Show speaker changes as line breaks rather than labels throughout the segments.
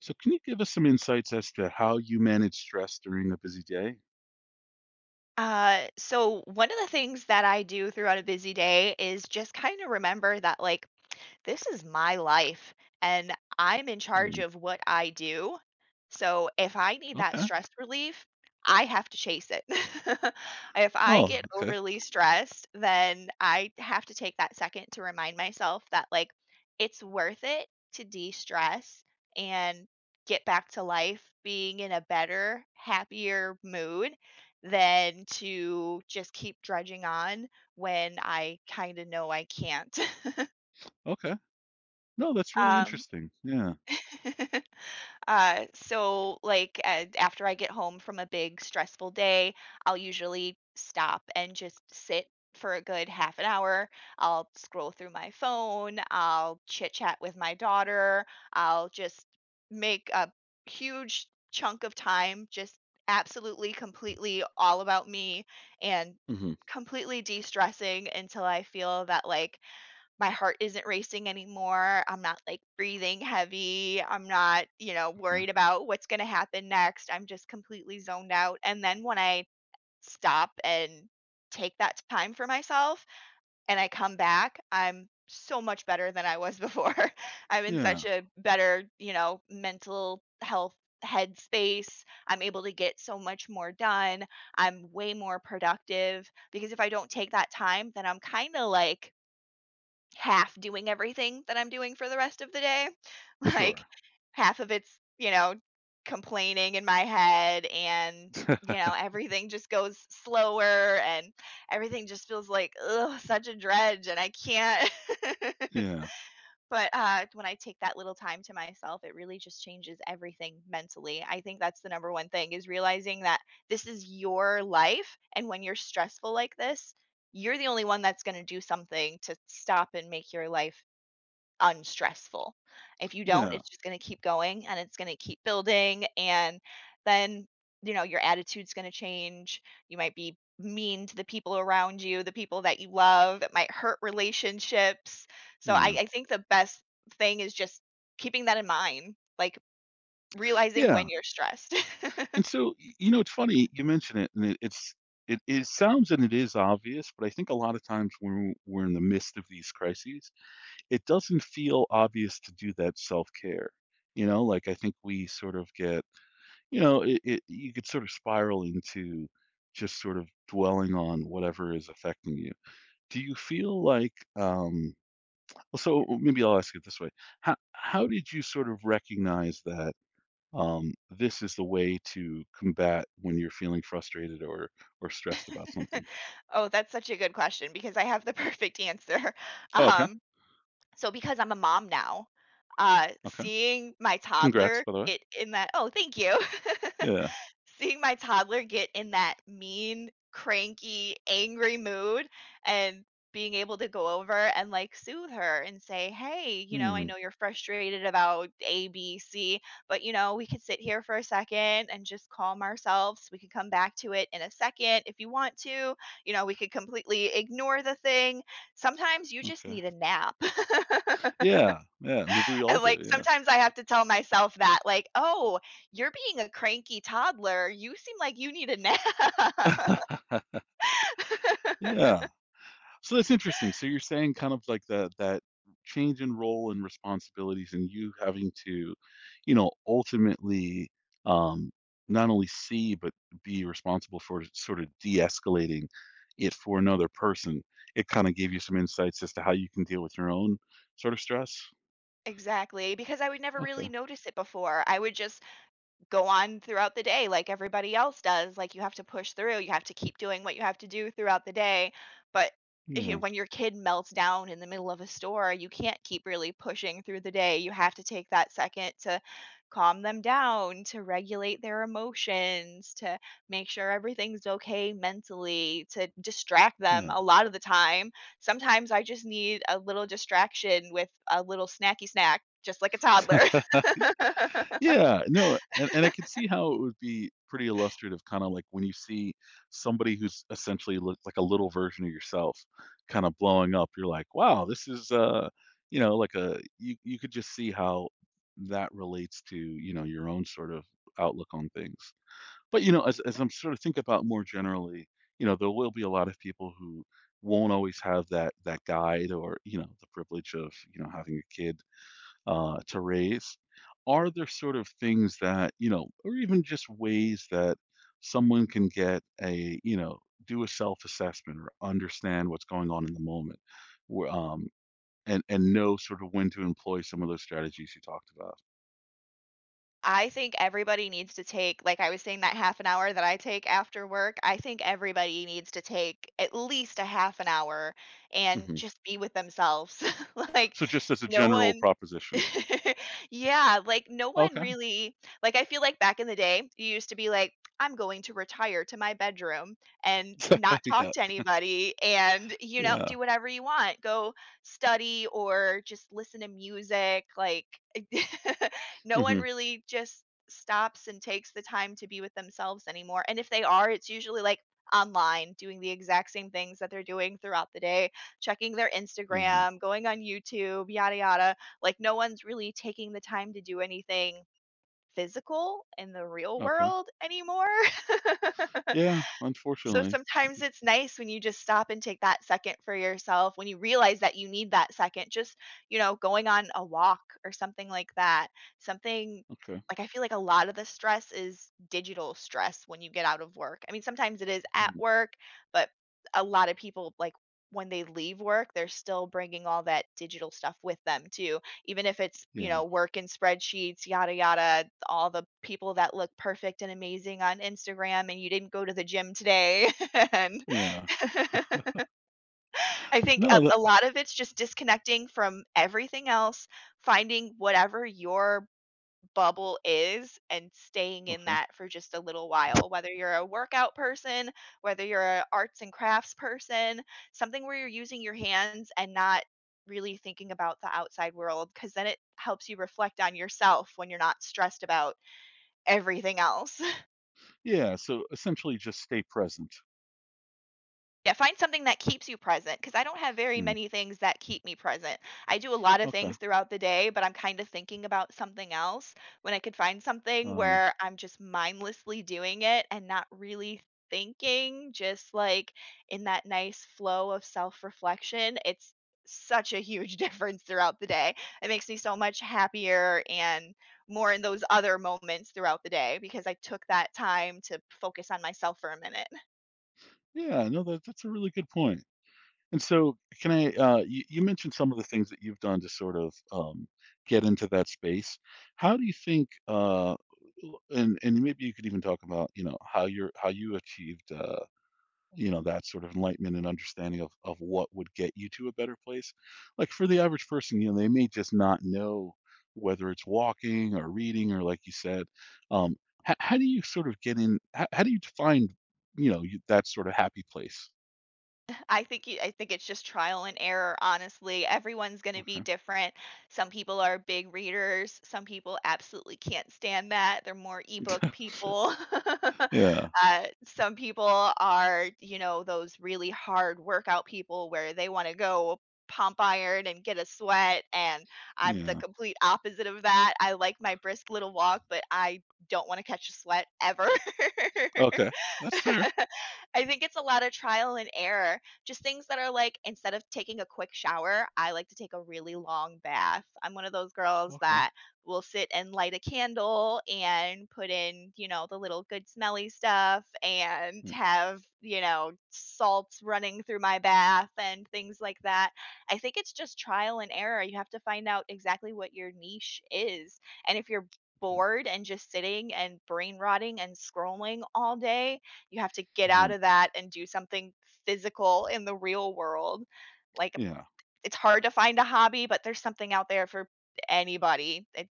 So can you give us some insights as to how you manage stress during a busy day?
So one of the things that I do throughout a busy day is just kind of remember that like this is my life and I'm in charge
Hmm.
of what I do. So if I need that
Okay.
stress relief, I have to chase it. If I
Oh,
get
okay.
overly stressed, then I have to take that second to remind myself that, like, it's worth it to de stress and get back to life being in a better, happier mood than to just keep drudging on when I kind of know I can't.
Okay. No, that's really
Um,
interesting. Yeah.
After I get home from a big stressful day, I'll usually stop and just sit for a good half an hour. I'll scroll through my phone, I'll chit chat with my daughter, I'll just make a huge chunk of time just absolutely completely all about me and
Hmm.
completely de-stressing until I feel that like my heart isn't racing anymore. I'm not like breathing heavy. I'm not,
Okay.
worried about what's going to happen next. I'm just completely zoned out. And then when I stop and take that time for myself and I come back, I'm so much better than I was before. I'm in
Yeah.
such a better, you know, mental health headspace. I'm able to get so much more done. I'm way more productive because if I don't take that time, then I'm kind of like half doing everything that I'm doing for the rest of the day. Like
Sure.
half of it's, you know, complaining in my head and you know, everything just goes slower and everything just feels like ugh, such a dredge and I can't.
Yeah.
But when I take that little time to myself, it really just changes everything mentally. I think that's the number one thing is realizing that this is your life, and when you're stressful like this, you're the only one that's going to do something to stop and make your life unstressful. If you don't,
Yeah.
it's just gonna keep going and it's gonna keep building, and then, you know, your attitude's gonna change. You might be mean to the people around you, the people that you love. It might hurt relationships. So I
Yeah.
I think the best thing is just keeping that in mind, like, realizing when
Yeah.
you're stressed.
And so, you know, it's funny you mention it, and it sounds and it is obvious, but I think a lot of times when we're in the midst of these crises, it doesn't feel obvious to do that self care. You know, like I think we sort of get. You know, it you could sort of spiral into just sort of dwelling on whatever is affecting you. Do you feel like, well, maybe I'll ask it this way. How did you sort of recognize that, this is the way to combat when you're feeling frustrated or stressed about something?
Oh, that's such a good question because I have the perfect answer.
Oh, okay,
Um So because I'm a mom now,
okay.
seeing my
Congrats,
toddler
by the way.
get in that oh, thank you.
Yeah.
Seeing my toddler get in that mean, cranky, angry mood and being able to go over and like soothe her and say, "Hey, you know, I
Mhm,
know you're frustrated about A, B, C, but you know, we could sit here for a second and just calm ourselves. We could come back to it in a second if you want to. You know, we could completely ignore the thing. Sometimes you just
okay.
need a nap."
Yeah, yeah, maybe we all
And, like,
do,
sometimes I have to tell myself that, like, "Oh, you're being a cranky toddler. You seem like you need a nap."
yeah. Yeah. So that's interesting. So you're saying kind of like that change in role and responsibilities and you having to, ultimately, um not only see but be responsible for sort of de-escalating it for another person. It kind of gave you some insights as to how you can deal with your own sort of stress.
Exactly, because I would never really
Okay.
notice it before. I would just go on throughout the day like everybody else does. Like you have to push through. You have to keep doing what you have to do throughout the day. But you know,
Yeah.
when your kid melts down in the middle of a store, you can't keep really pushing through the day. You have to take that second to calm them down, to regulate their emotions, to make sure everything's okay mentally, to distract them a lot of the time. Sometimes I just need a little distraction with a little snacky snack, just like a toddler.
Yeah. Yeah, no, and I could see how it would be pretty illustrative, kinda like when you see somebody who's essentially looks like a little version of yourself kinda blowing up, you're like, "Wow, this is," you know, like a you you could just see how that relates to your own sort of outlook on things. But, as I'm sort of think about more generally, there will be a lot of people who won't always have that guide or the privilege of having a kid to raise. Are there sort of things that, or even just ways that someone can get a, you know, do a self-assessment or understand what's going on in the moment, wh- um, and know sort of when to employ some of those strategies you talked about.
I think everybody needs to take like I was saying that half an hour that I take after work, I think everybody needs to take at least a half an hour and
Hmm.
just be with themselves. Like
So just as a
no
general
one.
proposition.
Yeah, like no one
Okay.
really, like I feel like back in the day, you used to be like, I'm going to retire to my bedroom and not talk
Yeah.
to anybody and, you know,
Yeah.
do whatever you want. Go study or just listen to music. Like no one
Hmm.
really just stops and takes the time to be with themselves anymore. And if they are, it's usually like online doing the exact same things that they're doing throughout the day, checking their
Yeah.
Instagram, going on YouTube, yada, yada. Like no one's really taking the time to do anything physical in the real
Okay.
world anymore.
Yeah.
So
Unfortunately.
sometimes it's nice when you just stop and take that second for yourself, when you realize that you need that second, just, you know, going on a walk or something like that. Something
Okay.
like I feel like a lot of the stress is digital stress when you get out of work. I mean, sometimes it is at
Mm.
work, but a lot of people like when they leave work, they're still bringing all that digital stuff with them too, even if it's, you
Yeah.
know, work and spreadsheets, yada, yada, all the people that look perfect and amazing on Instagram and you didn't go to the gym today. And
Yeah.
I think a,
No. That,
a lot of it's just disconnecting from everything else, finding whatever your bubble is and staying in
okay.
that for just a little while, whether you're a workout person, whether you're a arts and crafts person, something where you're using your hands and not really thinking about the outside world because then it helps you reflect on yourself when you're not stressed about everything else.
Yeah. So essentially, just stay present.
Yeah, find something that keeps you present. Cause I don't have very
Mm,
many things that keep me present. I do a lot of
okay.
things throughout the day, but I'm kinda thinking about something else. When I could find something
Uh,
where I'm just mindlessly doing it and not really thinking, just, like, in that nice flow of self-reflection, it's such a huge difference throughout the day. It makes me so much happier and more in those other moments throughout the day because I took that time to focus on myself for a minute.
yeah, no, that's a really good point. And so, can I? You mentioned some of the things that you've done to sort of get into that space. How do you think? And maybe you could even talk about how you achieved that sort of enlightenment and understanding of what would get you to a better place like for the average person they may just not know whether it's walking or reading or like you said um how do you sort of how do you define that sort of happy place.
I think it's just trial and error, honestly. Everyone's gonna be
Okay.
different. Some people are big readers, some people absolutely can't stand that. They're more ebook
Sure.
people.
Yeah,
Some people are, you know, those really hard workout people where they want to go pump iron and get a sweat, and I'm the
yeah.
complete opposite of that. I like my brisk little walk, but I don't want to catch a sweat ever.
Okay. That's fair.
I think it's a lot of trial and error. Just things that are like, instead of taking a quick shower, I like to take a really long bath. I'm one of those girls
Okay.
that will sit and light a candle and put in, you know, the little good smelly stuff and
Yeah.
have, you know, salts running through my bath and things like that. I think it's just trial and error. You have to find out exactly what your niche is. And if you're
Okay.
bored and just sitting and brain rotting and scrolling all day, you have to get out
Mhm.
of that and do something physical in the real world. Like,
Yeah,
it's hard to find a hobby, but there's something out there for anybody. It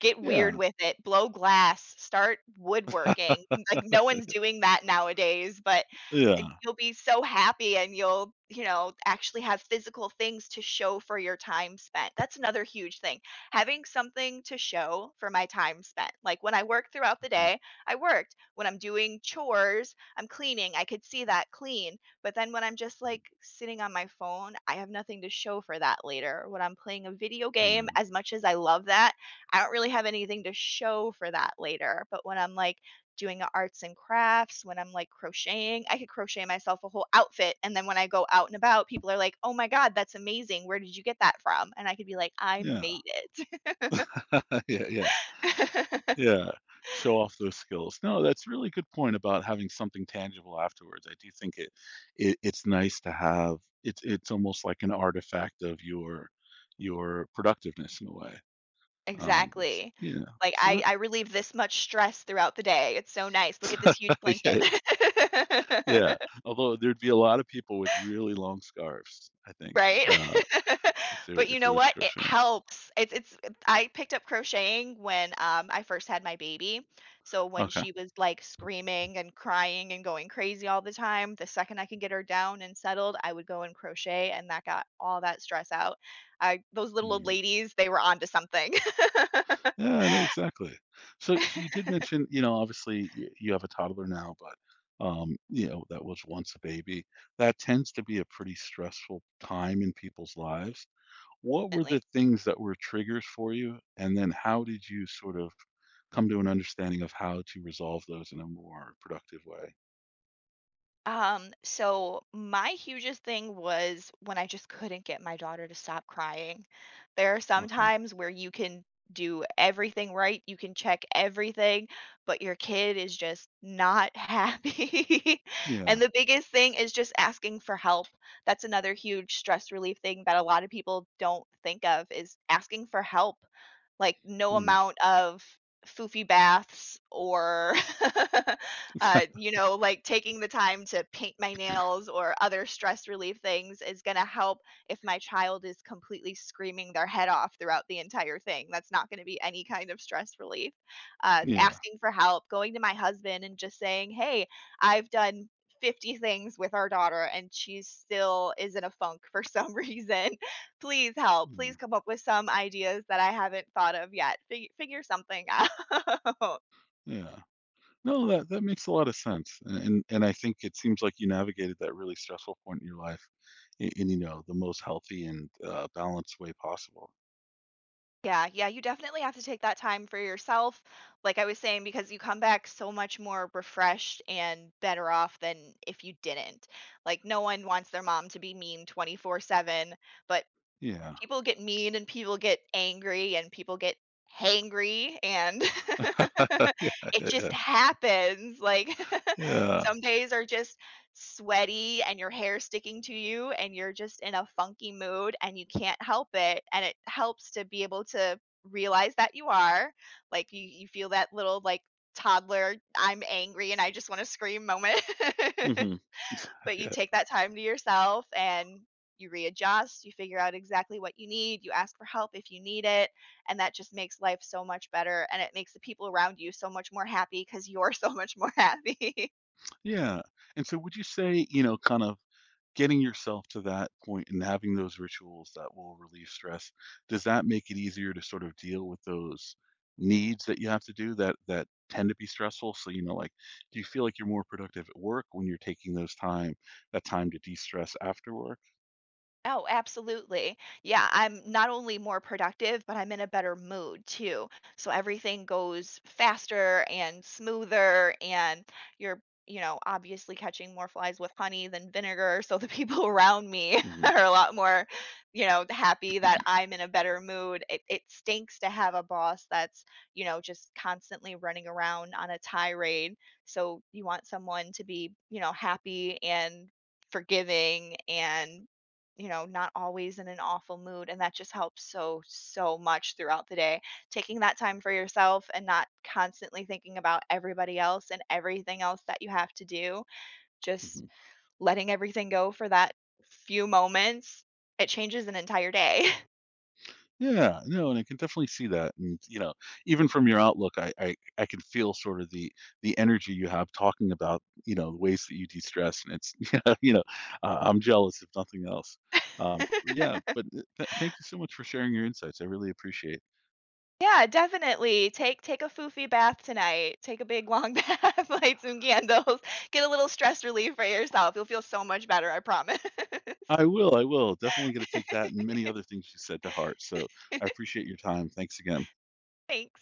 get weird
yeah.
with it, blow glass, start woodworking. Like, no one's doing that nowadays, but and
Yeah.
you'll be so happy and you'll, you know, actually have physical things to show for your time spent. That's another huge thing. Having something to show for my time spent. Like when I work throughout the
Okay.
day, I worked. When I'm doing chores, I'm cleaning. I could see that clean. But then when I'm just like sitting on my phone, I have nothing to show for that later. When I'm playing a video game,
Yeah,
as much as I love that, I don't really have anything to show for that later. But when I'm like doing arts and crafts, when I'm like crocheting, I could crochet myself a whole outfit. And then when I go out and about, people are like, oh my God, that's amazing. Where did you get that from? And I could be like, I
yeah.
made
Yeah, yeah.
it.
Yeah, show off those skills. No, that's a really good point about having something tangible afterwards. I do think it's nice to have. It's almost like an artifact of your productiveness in a way. Um, s-
Exactly.
yeah.
Like
So
I,
that.
I relieve this much stress throughout the day. It's so nice. Look at this huge blanket.
Yeah, yeah. Although there'd be a lot of people with really long scarves, I think,
Right?
uh, if they were,
But you
if it
know
was
what? It
crocheting.
helps. It's I picked up crocheting when, I first had my baby. So when
Okay.
she was, like, screaming and crying and going crazy all the time, the second I could get her down and settled, I would go and crochet, and that got all that stress out. I those little old
Hmm.
ladies, they were onto something.
Yeah, no, exactly. So you did mention, obviously you have a toddler now, but that was once a baby. That tends to be a pretty stressful time in people's lives. What were the
Definitely.
things that were triggers for you? And then how did you sort of come to an understanding of how to resolve those in a more productive way?
So my hugest thing was when I just couldn't get my daughter to stop crying. There are some
Okay.
times where you can do everything right, you can check everything, but your kid is just not happy. And
Yeah.
the biggest thing is just asking for help. That's another huge stress relief thing that a lot of people don't think of is asking for help, like no
Mm.
amount of foofy baths or you know like taking the time to paint my nails or other stress relief things is going to help if my child is completely screaming their head off throughout the entire thing. That's not going to be any kind of stress relief.
Yeah.
Asking for help, going to my husband and just saying hey, I've done 50 things with our daughter and she still is in a funk for some reason. Please help. Please
Yeah.
come up with some ideas that I haven't thought of yet. Figure something out.
Yeah. No, that makes a lot of sense, and I think it seems like you navigated that really stressful point in your life in the most healthy and balanced way possible.
Yeah, yeah, you definitely have to take that time for yourself, like I was saying, because you come back so much more refreshed and better off than if you didn't. Like, no one wants their mom to be mean 24/7, but
Yeah.
people get mean and people get angry and people get hangry and
Yeah,
it
yeah,
just
yeah.
happens. Like
Yeah.
some days are just sweaty and your hair sticking to you and you're just in a funky mood and you can't help it. And it helps to be able to realize that you are. Like you feel that little like toddler, I'm angry and I just want to scream moment.
Mhm.
But you
Yeah.
take that time to yourself and you readjust, you figure out exactly what you need, you ask for help if you need it, and that just makes life so much better and it makes the people around you so much more happy cuz you're so much more happy.
Yeah, and so would you say, kind of getting yourself to that point and having those rituals that will relieve stress, does that make it easier to sort of deal with those needs that you have to do that tend to be stressful? So, like, do you feel like you're more productive at work when you're taking those time that time to de-stress after work?
Oh, absolutely. Yeah, I'm not only more productive, but I'm in a better mood too. So everything goes faster and smoother and you're, you know, obviously catching more flies with honey than vinegar, so the people around me
Hmm.
are a lot more, you know, happy that I'm in a better mood. It stinks to have a boss that's, you know, just constantly running around on a tirade. So you want someone to be, you know, happy and forgiving and you know, not always in an awful mood. And that just helps so, so much throughout the day. Taking that time for yourself and not constantly thinking about everybody else and everything else that you have to do, just
Hmm.
letting everything go for that few moments, it changes an entire day.
Yeah, no, and I can definitely see that, and, you know, even from your outlook, I can feel sort of the energy you have talking about the ways that you de-stress, and it's yeah, I'm jealous if nothing else. Um, b- yeah, but th th thank you so much for sharing your insights, I really appreciate.
Yeah, definitely. Take a foofy bath tonight. Take a big long bath, light some candles, get a little stress relief for yourself. You'll feel so much better, I promise.
I will, definitely gonna take that and many other things you said to heart, so I appreciate your time, thanks again.
Thanks.